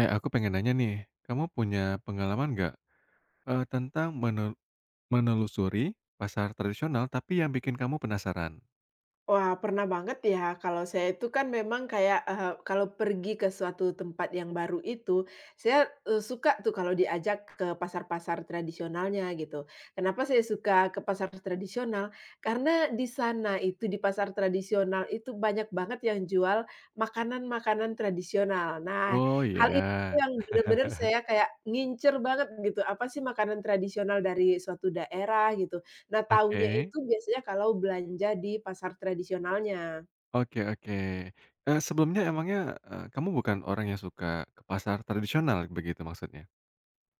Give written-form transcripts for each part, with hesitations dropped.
Aku pengen nanya nih, kamu punya pengalaman nggak, tentang menelusuri pasar tradisional tapi yang bikin kamu penasaran? Wah, pernah banget ya. Kalau saya itu kan memang kayak, kalau pergi ke suatu tempat yang baru itu, saya, suka tuh kalau diajak ke pasar-pasar tradisionalnya gitu. Kenapa saya suka ke pasar tradisional? Karena di sana itu, di pasar tradisional itu banyak banget yang jual makanan-makanan tradisional. Nah, Oh, hal itu ya. yang bener-bener saya kayak ngincer banget gitu, apa sih makanan tradisional dari suatu daerah gitu. Nah, Oke, tahunya itu biasanya kalau belanja di pasar tradisionalnya. oke, oke. Sebelumnya emangnya, kamu bukan orang yang suka ke pasar tradisional begitu maksudnya?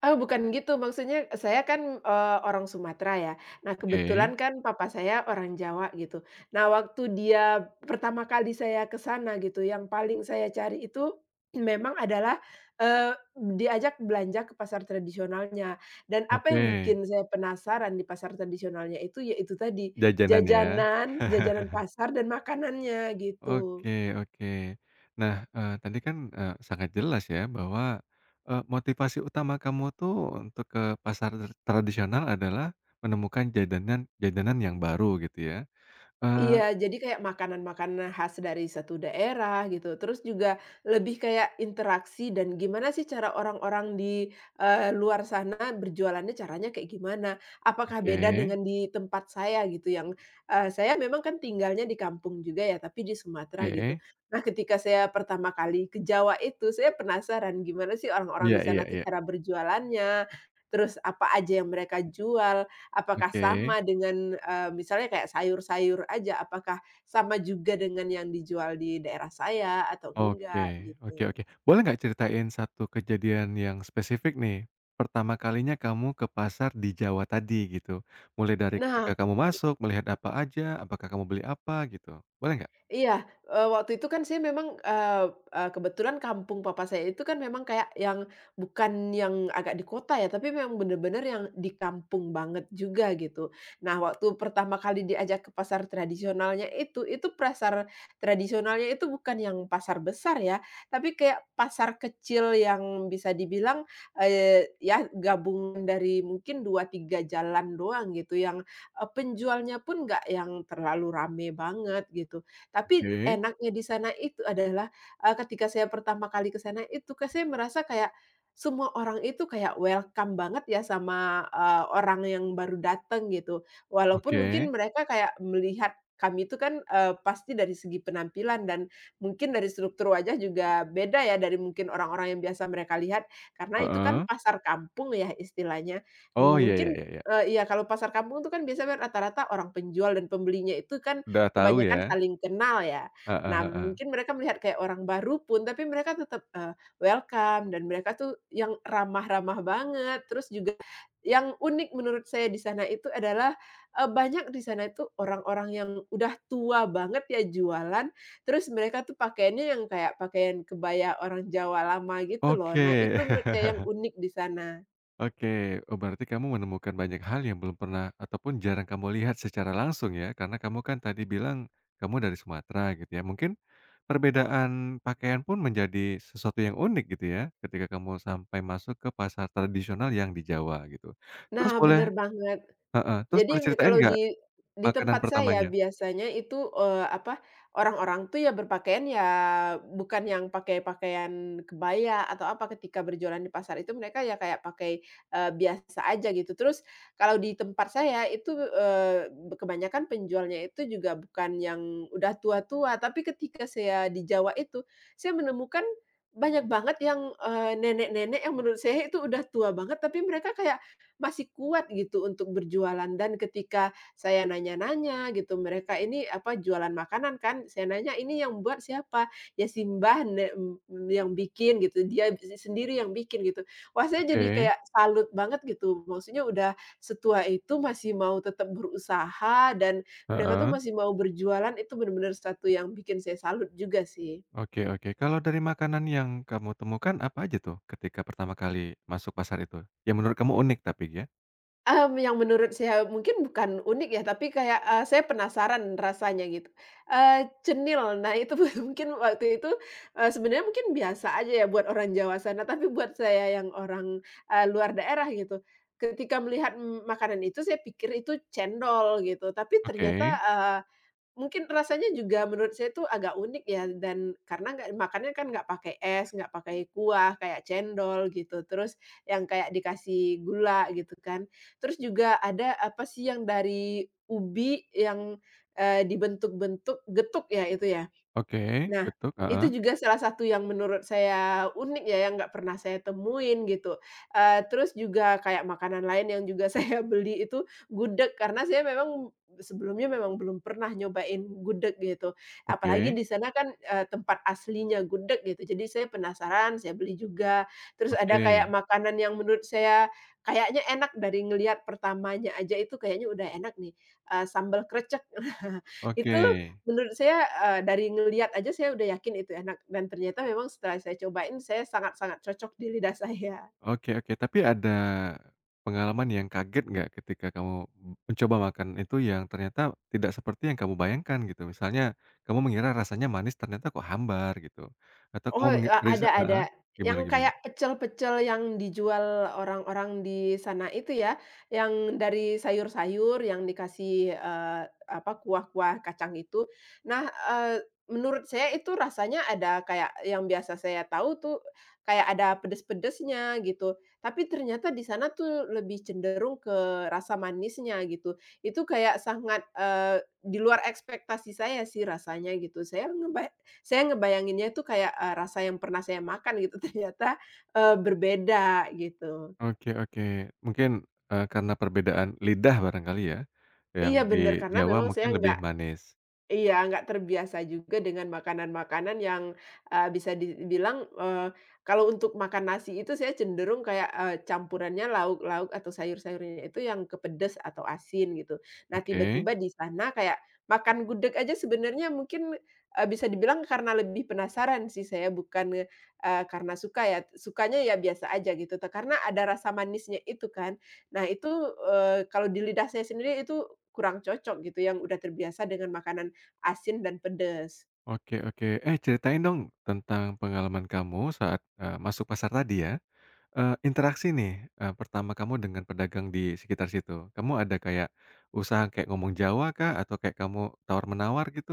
Oh, bukan gitu, maksudnya saya kan, orang Sumatera ya. Nah, Oke kebetulan kan papa saya orang Jawa gitu. Nah, waktu dia pertama kali saya ke sana gitu, yang paling saya cari itu memang adalah, eee, diajak belanja ke pasar tradisionalnya. Dan apa yang oke, bikin saya penasaran di pasar tradisionalnya itu, ya itu tadi, jajanan ya? jajanan, jajanan pasar dan makanannya, gitu. Oke oke. Nah, tadi kan, sangat jelas ya bahwa, motivasi utama kamu tuh untuk ke pasar tradisional adalah menemukan jajanan jajanan yang baru gitu ya. Eee, Iya, jadi kayak makanan-makanan khas dari satu daerah gitu, terus juga lebih kayak interaksi dan gimana sih cara orang-orang di, luar sana berjualannya caranya kayak gimana? Apakah oke beda dengan di tempat saya gitu yang, saya memang kan tinggalnya di kampung juga ya, tapi di Sumatera gitu. oke. Nah, ketika saya pertama kali ke Jawa itu, saya penasaran gimana sih orang-orang Iya di iya sana tuh iya. cara berjualannya, terus apa aja yang mereka jual. Apakah Oke. sama dengan, misalnya kayak sayur-sayur aja, apakah sama juga dengan yang dijual di daerah saya atau Oke enggak oke gitu. oke. Boleh nggak ceritain satu kejadian yang spesifik nih, pertama kalinya kamu ke pasar di Jawa tadi gitu? Mulai dari Nah, ketika kamu masuk, melihat apa aja, apakah kamu beli apa gitu? Boleh nggak? iya, waktu itu kan saya memang, eee eee, kebetulan kampung papa saya itu kan memang kayak yang bukan yang agak di kota ya, tapi memang bener-bener yang di kampung banget juga gitu. Nah, waktu pertama kali diajak ke pasar tradisionalnya itu pasar tradisionalnya itu bukan yang pasar besar ya, tapi kayak pasar kecil yang bisa dibilang, ya gabungan dari mungkin 2 3 jalan doang gitu, yang, penjualnya pun nggak yang terlalu rame banget gitu. Tapi Oke. enaknya di sana itu adalah, ketika saya pertama kali ke sana itu saya merasa kayak semua orang itu kayak welcome banget ya sama, orang yang baru datang gitu. Walaupun mungkin Oke, mereka kayak melihat kami itu kan, pasti dari segi penampilan dan mungkin dari struktur wajah juga beda ya dari mungkin orang-orang yang biasa mereka lihat, karena itu kan heeh. pasar kampung ya istilahnya. Oh, ya ya Mungkin ya ya, iya kalau pasar kampung itu kan biasanya rata-rata orang penjual dan pembelinya itu kan udah tahu kebanyakan ya, saling kenal ya. heeh Nah, heeh. mungkin mereka melihat kayak orang baru pun, tapi mereka tetap, welcome dan mereka tuh yang ramah-ramah banget. Terus juga yang unik menurut saya di sana itu adalah, banyak di sana itu orang-orang yang udah tua banget ya jualan, terus mereka tuh pakaiannya yang kayak pakaian kebaya orang Jawa lama gitu loh. Nah, itu Oke. menurut saya yang unik di sana. Oke, oh berarti kamu menemukan banyak hal yang belum pernah ataupun jarang kamu lihat secara langsung ya, karena kamu kan tadi bilang kamu dari Sumatera gitu ya, mungkin perbedaan pakaian pun menjadi sesuatu yang unik gitu ya, ketika kamu sampai masuk ke pasar tradisional yang di Jawa gitu. Terus Nah, boleh, bener banget. heeh, terus Jadi boleh ceritain kalau nggak di makanan tempat saya pertamanya? biasanya itu, apa, orang-orang tuh ya berpakaian ya bukan yang pakai pakaian kebaya atau apa ketika berjualan di pasar itu mereka ya kayak pakai, biasa aja gitu. Terus kalau di tempat saya itu, kebanyakan penjualnya itu juga bukan yang udah tua-tua, tapi ketika saya di Jawa itu, saya menemukan banyak banget yang, nenek-nenek yang menurut saya itu udah tua banget, tapi mereka kayak masih kuat gitu untuk berjualan dan ketika saya nanya-nanya gitu, mereka ini apa, jualan makanan kan, saya nanya, "Ini yang buat siapa?" "Ya si yang bikin," gitu, "dia si sendiri yang bikin," gitu. Wah, saya jadi Oke, kayak salut banget gitu, maksudnya udah setua itu masih mau tetap berusaha dan mereka tuh heeh. masih mau berjualan, itu benar-benar satu yang bikin saya salut juga sih. Oke oke. Kalau dari makanan yang kamu temukan apa aja tuh ketika pertama kali masuk pasar itu? Yang menurut kamu unik tapi ya? Yang menurut saya mungkin bukan unik ya, tapi kayak, saya penasaran rasanya gitu, cenil. Nah itu mungkin waktu itu, sebenarnya mungkin biasa aja ya buat orang Jawa sana, tapi buat saya yang orang, luar daerah gitu, ketika melihat, makanan itu saya pikir itu cendol gitu, tapi ternyata, Oke mungkin rasanya juga menurut saya tuh agak unik ya dan karena nggak makannya kan nggak pakai es, nggak pakai kuah kayak cendol gitu, terus yang kayak dikasih gula gitu kan. Terus juga ada apa sih yang dari ubi yang, dibentuk-bentuk getuk ya itu ya? oke, Nah, getuk, itu heeh, juga salah satu yang menurut saya unik ya, yang nggak pernah saya temuin gitu. Terus juga kayak makanan lain yang juga saya beli itu gudeg, karena saya memang sebelumnya memang belum pernah nyobain gudeg gitu. Apalagi oke di sana kan, tempat aslinya gudeg gitu, jadi saya penasaran, saya beli juga. Terus ada oke kayak makanan yang menurut saya kayaknya enak dari ngelihat pertamanya aja itu kayaknya udah enak nih, sambal krecek. Itu oke Menurut saya, dari ngelihat aja saya udah yakin itu enak dan ternyata memang setelah saya cobain, saya sangat-sangat cocok di lidah saya. oke oke. Tapi ada pengalaman yang kaget nggak ketika kamu mencoba makan itu yang ternyata tidak seperti yang kamu bayangkan gitu? Misalnya kamu mengira rasanya manis ternyata kok hambar gitu, atau Oh, kamu mengi ada ada. Yang gimana gimana? kayak pecel-pecel yang dijual orang-orang di sana itu ya, yang dari sayur-sayur yang dikasih, apa, kuah-kuah kacang itu. Nah, menurut saya itu rasanya ada kayak yang biasa saya tahu tuh, kayak ada pedes-pedesnya gitu, tapi ternyata di sana tuh lebih cenderung ke rasa manisnya gitu. Itu kayak sangat, di luar ekspektasi saya sih rasanya gitu. Saya ngebayanginnya itu kayak, rasa yang pernah saya makan gitu ternyata, berbeda gitu. Oke oke. Mungkin, karena perbedaan lidah barangkali ya, yang Iya di bener, karena Jawa memang mungkin saya lebih nggak manis. iya, nggak terbiasa juga dengan makanan-makanan yang, bisa dibilang, kalau untuk makan nasi itu saya cenderung kayak, campurannya lauk-lauk atau sayur-sayurnya itu yang atau asin gitu. Nah Oke, tiba-tiba di sana kayak makan gudeg aja sebenarnya mungkin, bisa dibilang karena lebih penasaran sih saya bukan, karena suka ya, sukanya ya biasa aja gitu karena ada rasa manisnya itu kan. Nah itu, kalau di lidah saya sendiri itu kurang cocok gitu yang udah terbiasa dengan makanan asin dan pedes. oke oke. Eh, ceritain dong tentang pengalaman kamu saat, masuk pasar tadi ya. Interaksi nih, pertama kamu dengan pedagang di sekitar situ. Kamu ada kayak usaha kayak ngomong Jawa kah? Atau kayak kamu tawar-menawar gitu?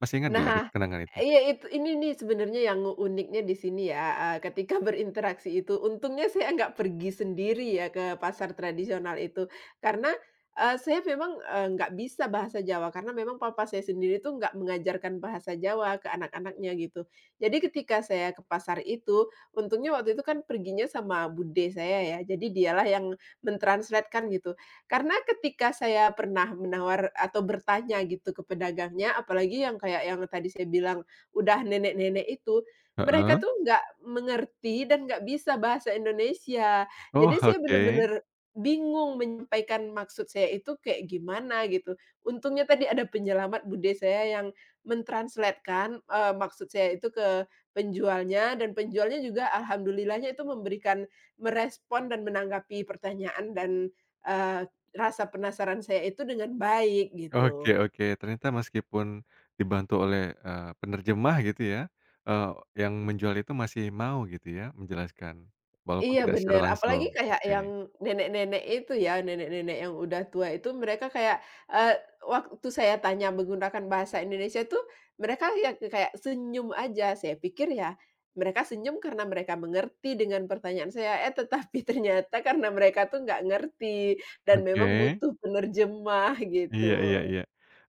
Masih ingat nggak ada Nah, kenangan itu? iya itu ini nih sebenarnya yang uniknya di sini ya, ketika berinteraksi itu, untungnya saya nggak pergi sendiri ya ke pasar tradisional itu, karena, saya memang, nggak bisa bahasa Jawa, karena memang papa saya sendiri tuh nggak mengajarkan bahasa Jawa ke anak-anaknya gitu. Jadi ketika saya ke pasar itu, untungnya waktu itu kan perginya sama bude saya ya, jadi dialah yang men-translate-kan gitu. Karena ketika saya pernah menawar atau bertanya gitu ke pedagangnya, apalagi yang kayak yang tadi saya bilang udah nenek-nenek itu, mereka Heeh. tuh nggak mengerti dan nggak bisa bahasa Indonesia. Jadi Oh, saya oke. bener-bener bingung menyampaikan maksud saya itu kayak gimana gitu. Untungnya tadi ada penyelamat bude saya yang men-translate kan, maksud saya itu ke penjualnya dan penjualnya juga alhamdulillahnya itu memberikan merespon dan menanggapi pertanyaan dan, eee rasa penasaran saya itu dengan baik Oke gitu. oke, ternyata meskipun dibantu oleh, penerjemah gitu ya, eee, yang menjual itu masih mau gitu ya menjelaskan, walaupun Iya tidak secara bener, apalagi langsung. kayak yang Oke nenek-nenek itu ya, nenek-nenek yang udah tua itu mereka kayak, eee, waktu saya tanya menggunakan bahasa Indonesia tuh mereka ya kayak senyum aja. Saya pikir ya mereka senyum karena mereka mengerti dengan pertanyaan saya, eh tetapi ternyata karena mereka tuh nggak ngerti dan memang oke, butuh penerjemah gitu. iya iya iya.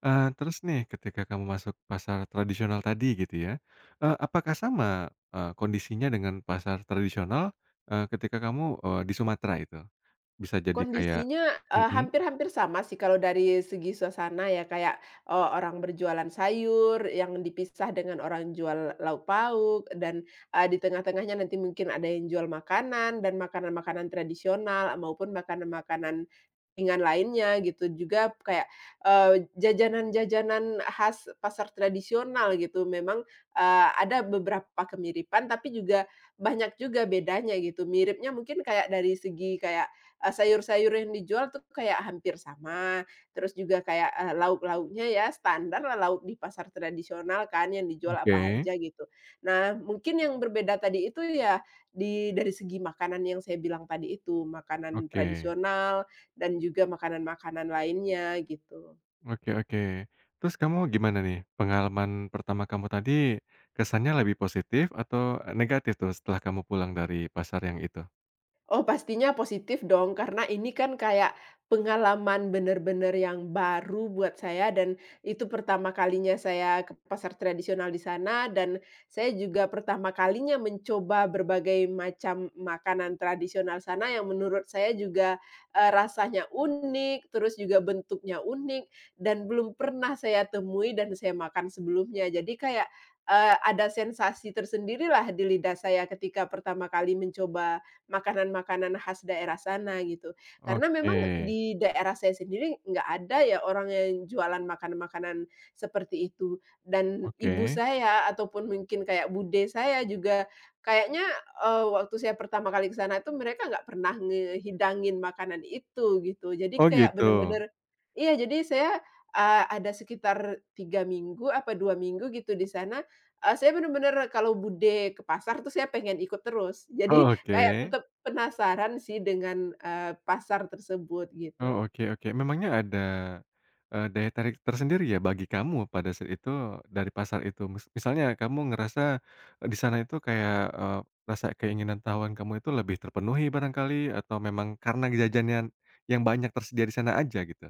Terus nih ketika kamu masuk pasar tradisional tadi gitu ya, apakah sama, kondisinya dengan pasar tradisional, ketika kamu, di Sumatera itu? Bisa jadi kayak Kondisinya, mhm, hampir-hampir sama sih kalau dari segi suasana ya kayak, orang berjualan sayur yang dipisah dengan orang jual lauk pauk dan, di tengah-tengahnya nanti mungkin ada yang jual makanan dan makanan-makanan tradisional maupun makanan-makanan ringan lainnya gitu juga kayak, jajanan-jajanan khas pasar tradisional gitu memang, ada beberapa kemiripan tapi juga banyak juga bedanya gitu. Miripnya mungkin kayak dari segi kayak, sayur-sayur yang dijual tuh kayak hampir sama, terus juga kayak, lauk-lauknya ya standarlah lauk di pasar tradisional kan yang dijual apa oke aja gitu. Nah mungkin yang berbeda tadi itu ya dari segi makanan yang saya bilang tadi itu, makanan oke. tradisional dan juga makanan-makanan lainnya gitu. Oke oke. Terus kamu gimana nih, pengalaman pertama kamu tadi kesannya lebih positif atau eh, negatif tuh setelah kamu pulang dari pasar yang itu? Oh, pastinya positif dong, karena ini kan kayak pengalaman bener-bener yang baru buat saya dan itu pertama kalinya saya ke pasar tradisional di sana dan saya juga pertama kalinya mencoba berbagai macam makanan tradisional sana yang menurut saya juga, rasanya unik, terus juga bentuknya unik dan belum pernah saya temui dan saya makan sebelumnya. Jadi kayak, ada sensasi tersendirilah di lidah saya ketika pertama kali mencoba makanan-makanan khas daerah sana gitu. Karena Oke, memang di daerah saya sendiri nggak ada ya orang yang jualan makanan-makanan seperti itu, dan ibu oke. saya ataupun mungkin kayak bude saya juga kayaknya, waktu saya pertama kali ke sana itu mereka nggak pernah ngehidangin makanan itu gitu. Jadi Oh kayak gitu? bener-bener iya jadi saya, ada sekitar 3 minggu apa 2 minggu gitu di sana, saya bener-bener kalau bude ke pasar tuh saya pengen ikut terus. Jadi Oh oke. kayak tetap penasaran sih dengan, pasar tersebut Oh gitu. oke oke. Memangnya ada, daya tarik tersendiri ya bagi kamu pada saat itu dari pasar itu? Misalnya kamu ngerasa, di sana itu kayak, eee, rasa keinginan tahuan kamu itu lebih terpenuhi barangkali atau memang karena jajanan yang banyak tersedia di sana aja gitu?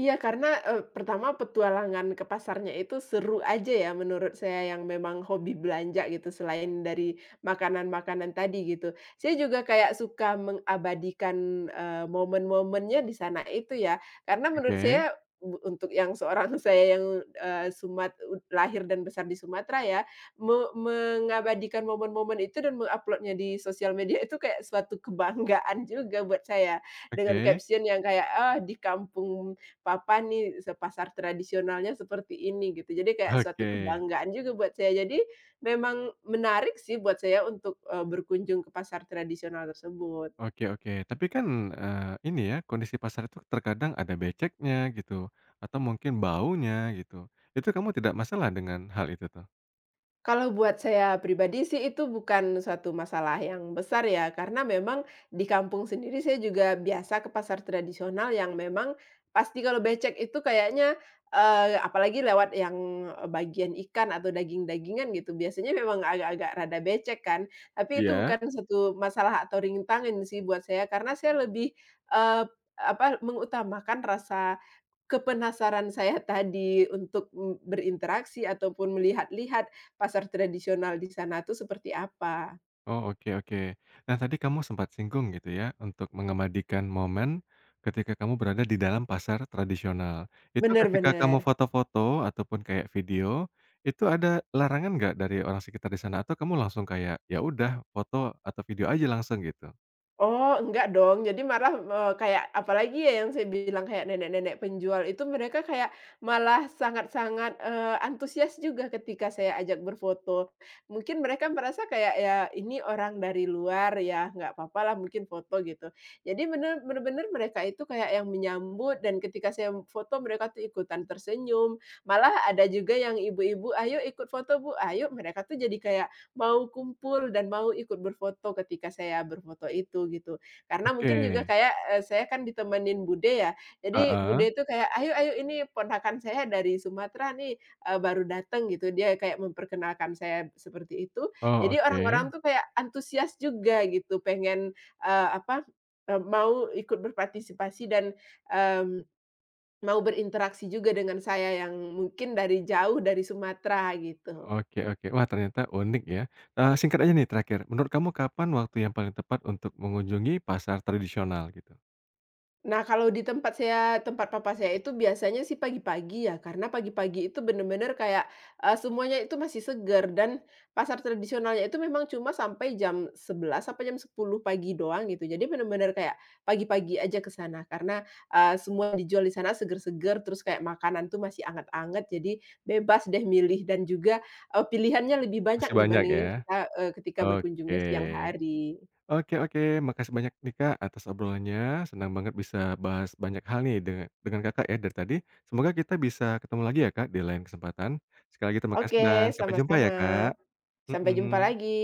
Iya karena, pertama petualangan ke pasarnya itu seru aja ya menurut saya yang memang hobi belanja gitu selain dari makanan-makanan tadi gitu. Saya juga kayak suka mengabadikan, momen-momennya di sana itu ya, karena menurut Oke saya untuk yang seorang saya yang, eee, Sumat lahir dan besar di Sumatera ya, mengabadikan momen-momen itu dan menguploadnya di sosial media itu kayak suatu kebanggaan juga buat saya, dengan oke caption yang kayak, "Ah di kampung papa nih pasar tradisionalnya seperti ini gitu. Jadi kayak suatu oke kebanggaan juga buat saya. Jadi memang menarik sih buat saya untuk, berkunjung ke pasar tradisional tersebut. oke oke. Tapi kan, eee, ini ya, kondisi pasar itu terkadang ada beceknya gitu, atau mungkin baunya gitu. Itu kamu tidak masalah dengan hal itu tuh? Kalau buat saya pribadi sih itu bukan suatu masalah yang besar ya, karena memang di kampung sendiri saya juga biasa ke pasar tradisional yang memang pasti kalau becek itu kayaknya, apalagi lewat yang eh, bagian ikan atau daging-dagingan gitu, biasanya memang agak-agak rada becek kan. Tapi itu Iya? bukan suatu masalah atau rintangan sih buat saya, karena saya lebih, eee, apa, mengutamakan rasa kepenasaran saya tadi untuk, berinteraksi ataupun melihat-lihat pasar tradisional di sana tuh seperti apa. Oh, oke oke. Nah, tadi kamu sempat singgung gitu ya, untuk mengabadikan momen ketika kamu berada di dalam pasar tradisional. Itu Bener ketika kamu bener. foto-foto ataupun kayak video, itu ada larangan nggak dari orang sekitar di sana? Atau kamu langsung kayak, ya udah foto atau video aja langsung gitu? Oh, enggak dong. Jadi malah, kayak apalagi ya yang saya bilang kayak nenek-nenek penjual itu mereka kayak malah sangat-sangat, antusias juga ketika saya ajak berfoto. Mungkin mereka merasa kayak, ya ini orang dari luar ya, nggak apa papalah mungkin foto gitu. Jadi bener-bener mereka itu kayak yang menyambut dan ketika saya foto mereka tuh ikutan tersenyum, malah ada juga yang ibu-ibu, "Ayo ikut foto Bu, ayo." Mereka tuh jadi kayak mau kumpul dan mau ikut berfoto ketika saya berfoto itu gitu. Karena Oke, mungkin juga kayak, saya kan ditemenin bude ya, jadi heeh. bude itu kayak, "Ayo ayo ini ponakan saya dari Sumatera nih, baru datang gitu." Dia kayak memperkenalkan saya seperti itu. Oh, Jadi oke. orang-orang tuh kayak antusias juga gitu, pengen, apa, mau ikut berpartisipasi dan, mmm, mau berinteraksi juga dengan saya yang mungkin dari jauh dari Sumatera gitu. Oke oke. Wah, ternyata unik ya. Singkat aja nih terakhir, menurut kamu kapan waktu yang paling tepat untuk mengunjungi pasar tradisional gitu? Nah, kalau di tempat saya tempat papa saya itu biasanya sih pagi-pagi ya, karena pagi-pagi itu bener-bener kayak, semuanya itu masih segar dan pasar tradisionalnya itu memang cuma sampai jam 11 sampai jam 10 pagi doang gitu. Jadi bener-bener kayak pagi-pagi aja ke sana karena, semua yang dijual di sana seger-seger, terus kayak makanan tuh masih anget-anget, jadi bebas deh milih dan juga, pilihannya lebih Masih banyak banyak ya? dibandingin kita, ketika Oke. berkunjungnya siang hari. Oke oke, makasih banyak nih, Kak, atas obrolannya. Senang banget bisa bahas banyak hal nih dengan Kakak ya dari tadi. Semoga kita bisa ketemu lagi ya, Kak, di lain kesempatan. Sekali lagi terima kasih dan Oke, sampai jumpa sama-sama. ya, Kak. Sampai jumpa Mhm. lagi.